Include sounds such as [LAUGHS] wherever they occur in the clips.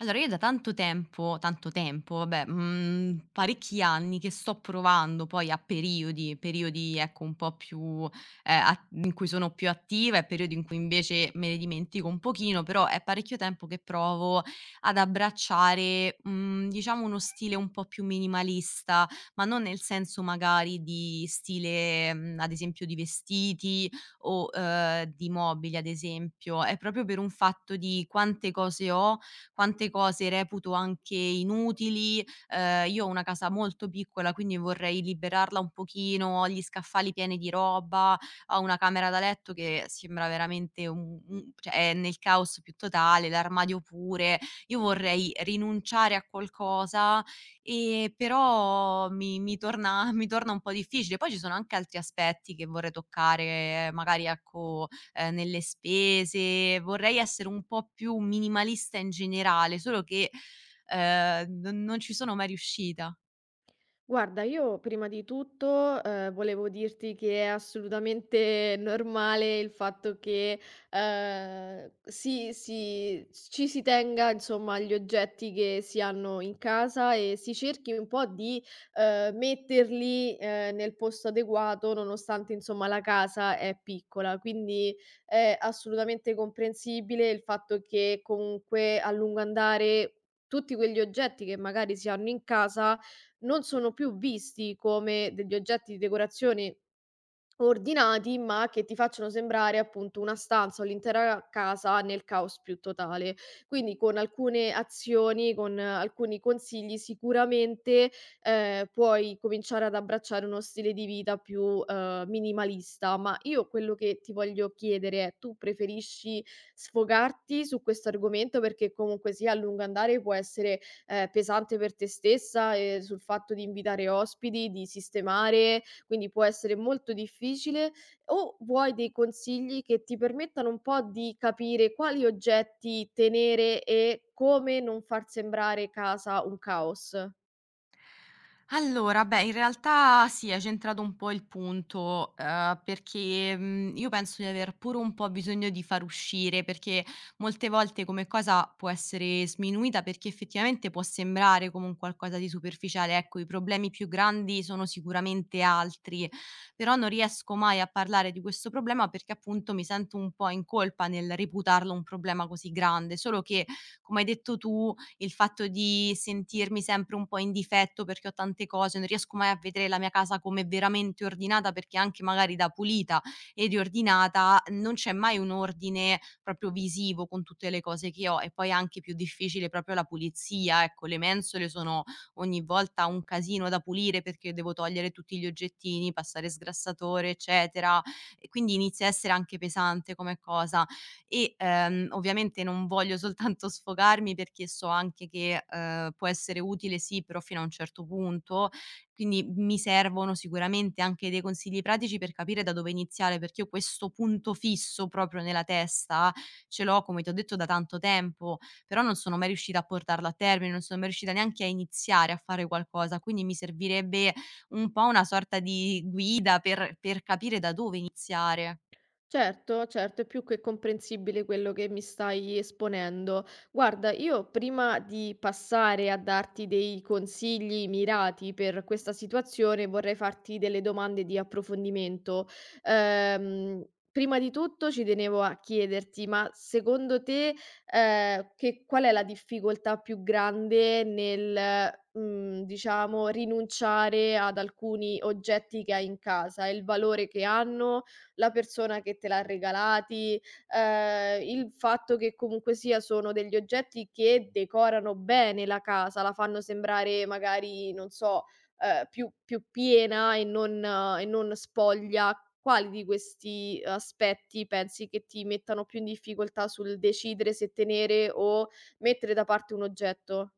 Allora io da tanto tempo, vabbè, parecchi anni che sto provando poi a periodi, periodi ecco un po' più, a in cui sono più attiva e periodi in cui invece me ne dimentico un pochino, però è parecchio tempo che provo ad abbracciare, diciamo uno stile un po' più minimalista, ma non nel senso magari di stile, ad esempio di vestiti o, di mobili ad esempio. È proprio per un fatto di quante cose ho, quante cose reputo anche inutili. Io ho una casa molto piccola, quindi vorrei liberarla un pochino, ho gli scaffali pieni di roba, ho una camera da letto che sembra veramente un, cioè è nel caos più totale, l'armadio pure. Io vorrei rinunciare a qualcosa, però mi torna [LAUGHS] mi torna un po' difficile. Poi ci sono anche altri aspetti che vorrei toccare, magari ecco nelle spese, vorrei essere un po' più minimalista in generale, solo che, non ci sono mai riuscita. Guarda, io prima di tutto, volevo dirti che è assolutamente normale il fatto che, si ci si tenga insomma agli oggetti che si hanno in casa e si cerchi un po' di, metterli, nel posto adeguato nonostante insomma la casa è piccola. Quindi è assolutamente comprensibile il fatto che comunque a lungo andare tutti quegli oggetti che magari si hanno in casa non sono più visti come degli oggetti di decorazione ordinati, ma che ti facciano sembrare appunto una stanza o l'intera casa nel caos più totale. Quindi con alcune azioni, con alcuni consigli sicuramente, puoi cominciare ad abbracciare uno stile di vita più, minimalista. Ma io quello che ti voglio chiedere è: tu preferisci sfogarti su questo argomento perché comunque sia a lungo andare può essere, pesante per te stessa e sul fatto di invitare ospiti, di sistemare, quindi può essere molto difficile, o vuoi dei consigli che ti permettano un po' di capire quali oggetti tenere e come non far sembrare casa un caos? Allora, beh, in realtà sì, hai centrato un po' il punto, perché, io penso di aver pure un po' bisogno di far uscire, perché molte volte come cosa può essere sminuita, perché effettivamente può sembrare come un qualcosa di superficiale. Ecco, i problemi più grandi sono sicuramente altri, però non riesco mai a parlare di questo problema perché appunto mi sento un po' in colpa nel reputarlo un problema così grande. Solo che, come hai detto tu, il fatto di sentirmi sempre un po' in difetto perché ho tante cose, non riesco mai a vedere la mia casa come veramente ordinata perché anche magari da pulita e riordinata non c'è mai un ordine proprio visivo con tutte le cose che ho e poi è anche più difficile proprio la pulizia, ecco le mensole sono ogni volta un casino da pulire perché devo togliere tutti gli oggettini, passare sgrassatore eccetera e quindi inizia a essere anche pesante come cosa e, ovviamente non voglio soltanto sfogarmi perché so anche che, può essere utile sì, però fino a un certo punto, quindi mi servono sicuramente anche dei consigli pratici per capire da dove iniziare, perché io questo punto fisso proprio nella testa ce l'ho, come ti ho detto, da tanto tempo, però non sono mai riuscita a portarlo a termine, non sono mai riuscita neanche a iniziare a fare qualcosa, quindi mi servirebbe un po' una sorta di guida per capire da dove iniziare. Certo, certo, è più che comprensibile quello che mi stai esponendo. Guarda, io prima di passare a darti dei consigli mirati per questa situazione, vorrei farti delle domande di approfondimento. Ehm, Prima di tutto ci tenevo a chiederti, ma secondo te, qual è la difficoltà più grande nel, diciamo, rinunciare ad alcuni oggetti che hai in casa, il valore che hanno? La persona che te l'ha regalati, il fatto che comunque sia sono degli oggetti che decorano bene la casa, la fanno sembrare magari, non so, più piena e non spoglia. Quali di questi aspetti pensi che ti mettano più in difficoltà sul decidere se tenere o mettere da parte un oggetto?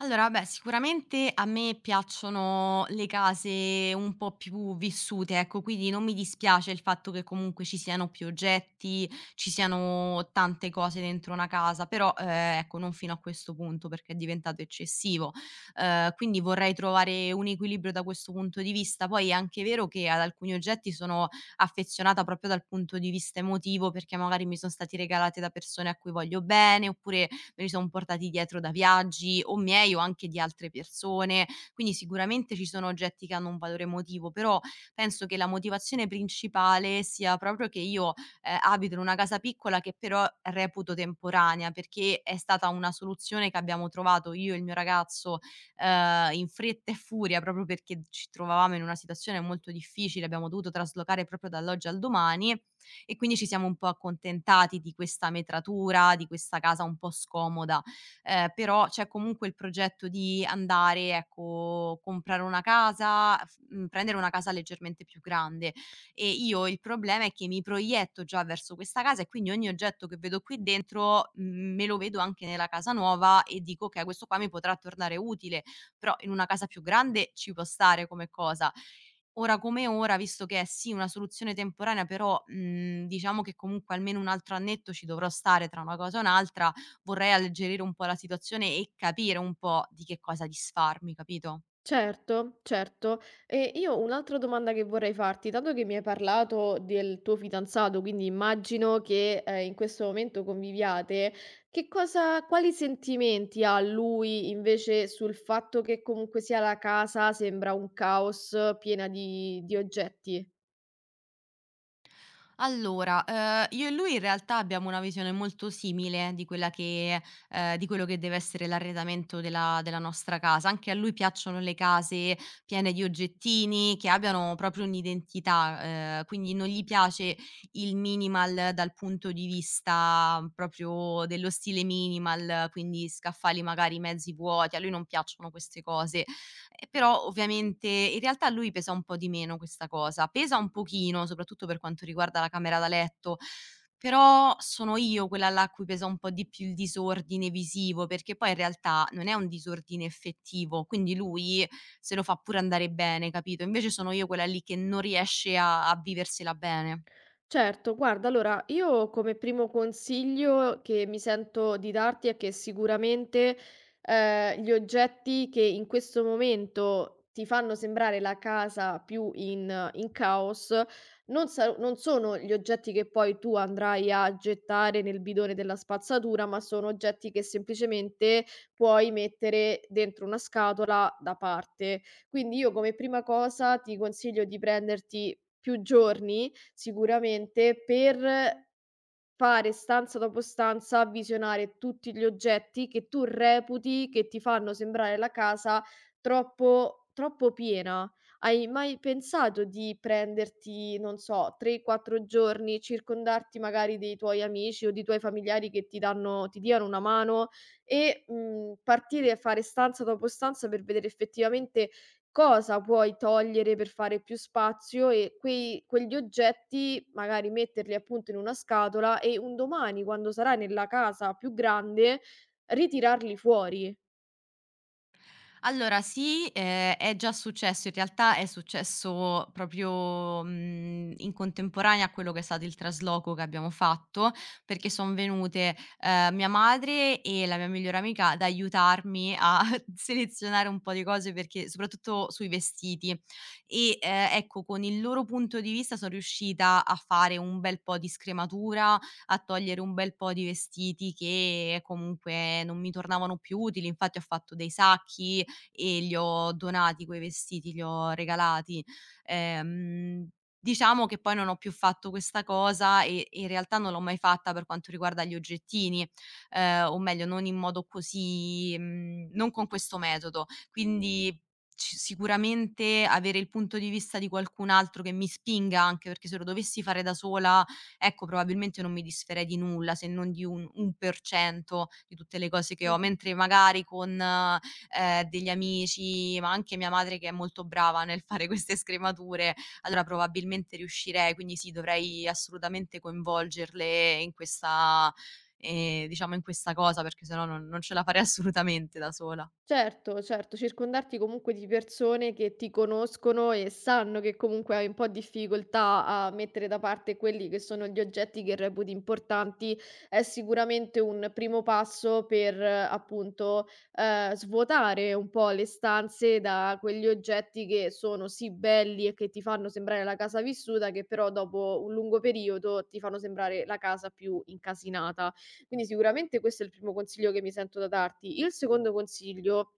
Allora, beh, sicuramente a me piacciono le case un po' più vissute, ecco, quindi non mi dispiace il fatto che comunque ci siano più oggetti, ci siano tante cose dentro una casa, però ecco, non fino a questo punto perché è diventato eccessivo. Quindi vorrei trovare un equilibrio da questo punto di vista. Poi è anche vero che ad alcuni oggetti sono affezionata proprio dal punto di vista emotivo perché magari mi sono stati regalati da persone a cui voglio bene oppure me li son portati dietro da viaggi o miei o anche di altre persone, quindi sicuramente ci sono oggetti che hanno un valore emotivo, però penso che la motivazione principale sia proprio che io, abito in una casa piccola che però reputo temporanea, perché è stata una soluzione che abbiamo trovato io e il mio ragazzo, in fretta e furia proprio perché ci trovavamo in una situazione molto difficile, abbiamo dovuto traslocare proprio dall'oggi al domani e quindi ci siamo un po' accontentati di questa metratura, di questa casa un po' scomoda, però c'è comunque il progetto di andare, ecco, comprare una casa, prendere una casa leggermente più grande e io il problema è che mi proietto già verso questa casa e quindi ogni oggetto che vedo qui dentro, me lo vedo anche nella casa nuova e dico: "Okay, questo qua mi potrà tornare utile", però in una casa più grande ci può stare come cosa. Ora come ora, visto che è sì una soluzione temporanea, però, diciamo che comunque almeno un altro annetto ci dovrò stare tra una cosa e un'altra, vorrei alleggerire un po' la situazione e capire un po' di che cosa disfarmi, capito? Certo, certo. E io un'altra domanda che vorrei farti, dato che mi hai parlato del tuo fidanzato, quindi immagino che in questo momento conviviate, che cosa, quali sentimenti ha lui invece sul fatto che comunque sia la casa sembra un caos piena di oggetti? Allora, io e lui in realtà abbiamo una visione molto simile di quella che di quello che deve essere l'arredamento della nostra casa. Anche a lui piacciono le case piene di oggettini, che abbiano proprio un'identità, quindi non gli piace il minimal dal punto di vista proprio dello stile minimal, quindi scaffali magari mezzi vuoti, a lui non piacciono queste cose. E però ovviamente in realtà a lui pesa un po' di meno questa cosa. Pesa un pochino, soprattutto per quanto riguarda la camera da letto, però sono io quella là a cui pesa un po' di più il disordine visivo, perché poi in realtà non è un disordine effettivo, quindi lui se lo fa pure andare bene, capito? Invece sono io quella lì che non riesce a viversela bene. Certo, guarda, allora io come primo consiglio che mi sento di darti è che sicuramente gli oggetti che in questo momento ti fanno sembrare la casa più in caos non sono gli oggetti che poi tu andrai a gettare nel bidone della spazzatura, ma sono oggetti che semplicemente puoi mettere dentro una scatola da parte. Quindi io come prima cosa ti consiglio di prenderti più giorni sicuramente per fare stanza dopo stanza, visionare tutti gli oggetti che tu reputi che ti fanno sembrare la casa troppo piena. Hai mai pensato di prenderti, non so, 3, 4 giorni, circondarti magari dei tuoi amici o di tuoi familiari che ti diano una mano e, partire e fare stanza dopo stanza per vedere effettivamente cosa puoi togliere per fare più spazio e quei quegli oggetti magari metterli appunto in una scatola e un domani, quando sarai nella casa più grande, ritirarli fuori. Allora sì, è già successo. In realtà è successo proprio, in contemporanea a quello che è stato il trasloco che abbiamo fatto, perché son venute, mia madre e la mia migliore amica ad aiutarmi a [LAUGHS] selezionare un po' di cose perché soprattutto sui vestiti. E, ecco, con il loro punto di vista son riuscita a fare un bel po' di scrematura, a togliere un bel po' di vestiti che comunque non mi tornavano più utili. Infatti ho fatto dei sacchi, e gli ho donati quei vestiti, li ho regalati. Ehm, diciamo che poi non ho più fatto questa cosa e in realtà non l'ho mai fatta per quanto riguarda gli oggettini, o meglio non in modo così non con questo metodo. Quindi ci sicuramente avere il punto di vista di qualcun altro che mi spinga, anche perché se lo dovessi fare da sola, ecco, probabilmente non mi disfarei di nulla, se non di un 1% di tutte le cose che ho, Mh-mh. mentre magari con degli amici, ma anche mia madre che è molto brava nel fare queste scremature, allora probabilmente riuscirei, quindi sì, dovrei assolutamente coinvolgerle in questa diciamo in questa cosa, perché se no non ce la farei assolutamente da sola. Certo, certo, circondarti comunque di persone che ti conoscono e sanno che comunque hai un po' difficoltà a mettere da parte quelli che sono gli oggetti che reputi importanti è sicuramente un primo passo per appunto svuotare un po' le stanze da quegli oggetti che sono sì belli e che ti fanno sembrare la casa vissuta, che però dopo un lungo periodo ti fanno sembrare la casa più incasinata. Quindi sicuramente questo è il primo consiglio che mi sento da darti. Il secondo consiglio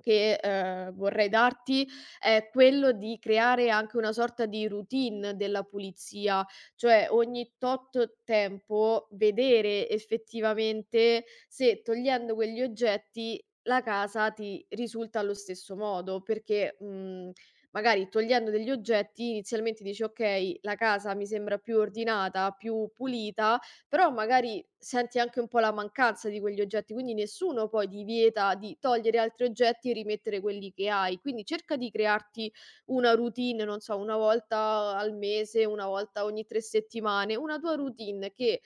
che, vorrei darti è quello di creare anche una sorta di routine della pulizia, cioè ogni tot tempo vedere effettivamente se togliendo quegli oggetti la casa ti risulta allo stesso modo, perché, magari togliendo degli oggetti inizialmente dici: "Okay, la casa mi sembra più ordinata, più pulita", però magari senti anche un po' la mancanza di quegli oggetti, quindi nessuno poi ti vieta di togliere altri oggetti e rimettere quelli che hai. Quindi cerca di crearti una routine, non so, una volta al mese, una volta ogni 3 settimane, una tua routine che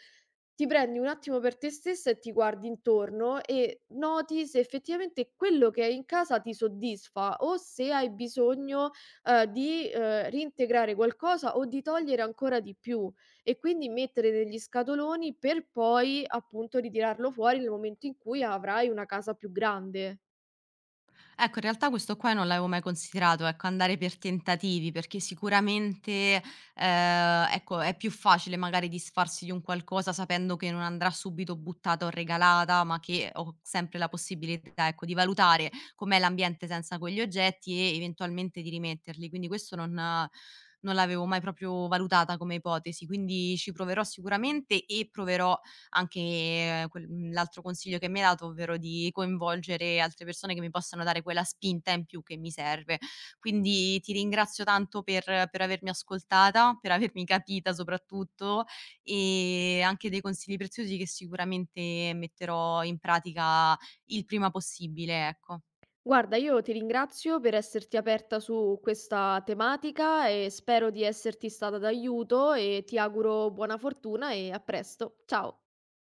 ti prendi un attimo per te stessa e ti guardi intorno e noti se effettivamente quello che hai in casa ti soddisfa o se hai bisogno di reintegrare qualcosa o di togliere ancora di più. E quindi mettere degli scatoloni per poi, appunto, ritirarlo fuori nel momento in cui avrai una casa più grande. Ecco, in realtà questo qua non l'avevo mai considerato, ecco, andare per tentativi, perché sicuramente, ecco, è più facile magari disfarsi di un qualcosa sapendo che non andrà subito buttata o regalata, ma che ho sempre la possibilità, ecco, di valutare com'è l'ambiente senza quegli oggetti e eventualmente di rimetterli. Quindi questo non l'avevo mai proprio valutata come ipotesi, quindi ci proverò sicuramente e proverò anche l'altro consiglio che mi hai dato, ovvero di coinvolgere altre persone che mi possano dare quella spinta in più che mi serve. Quindi ti ringrazio tanto per avermi ascoltata, per avermi capita soprattutto e anche dei consigli preziosi che sicuramente metterò in pratica il prima possibile, ecco. Guarda, io ti ringrazio per esserti aperta su questa tematica e spero di esserti stata d'aiuto e ti auguro buona fortuna e a presto. Ciao.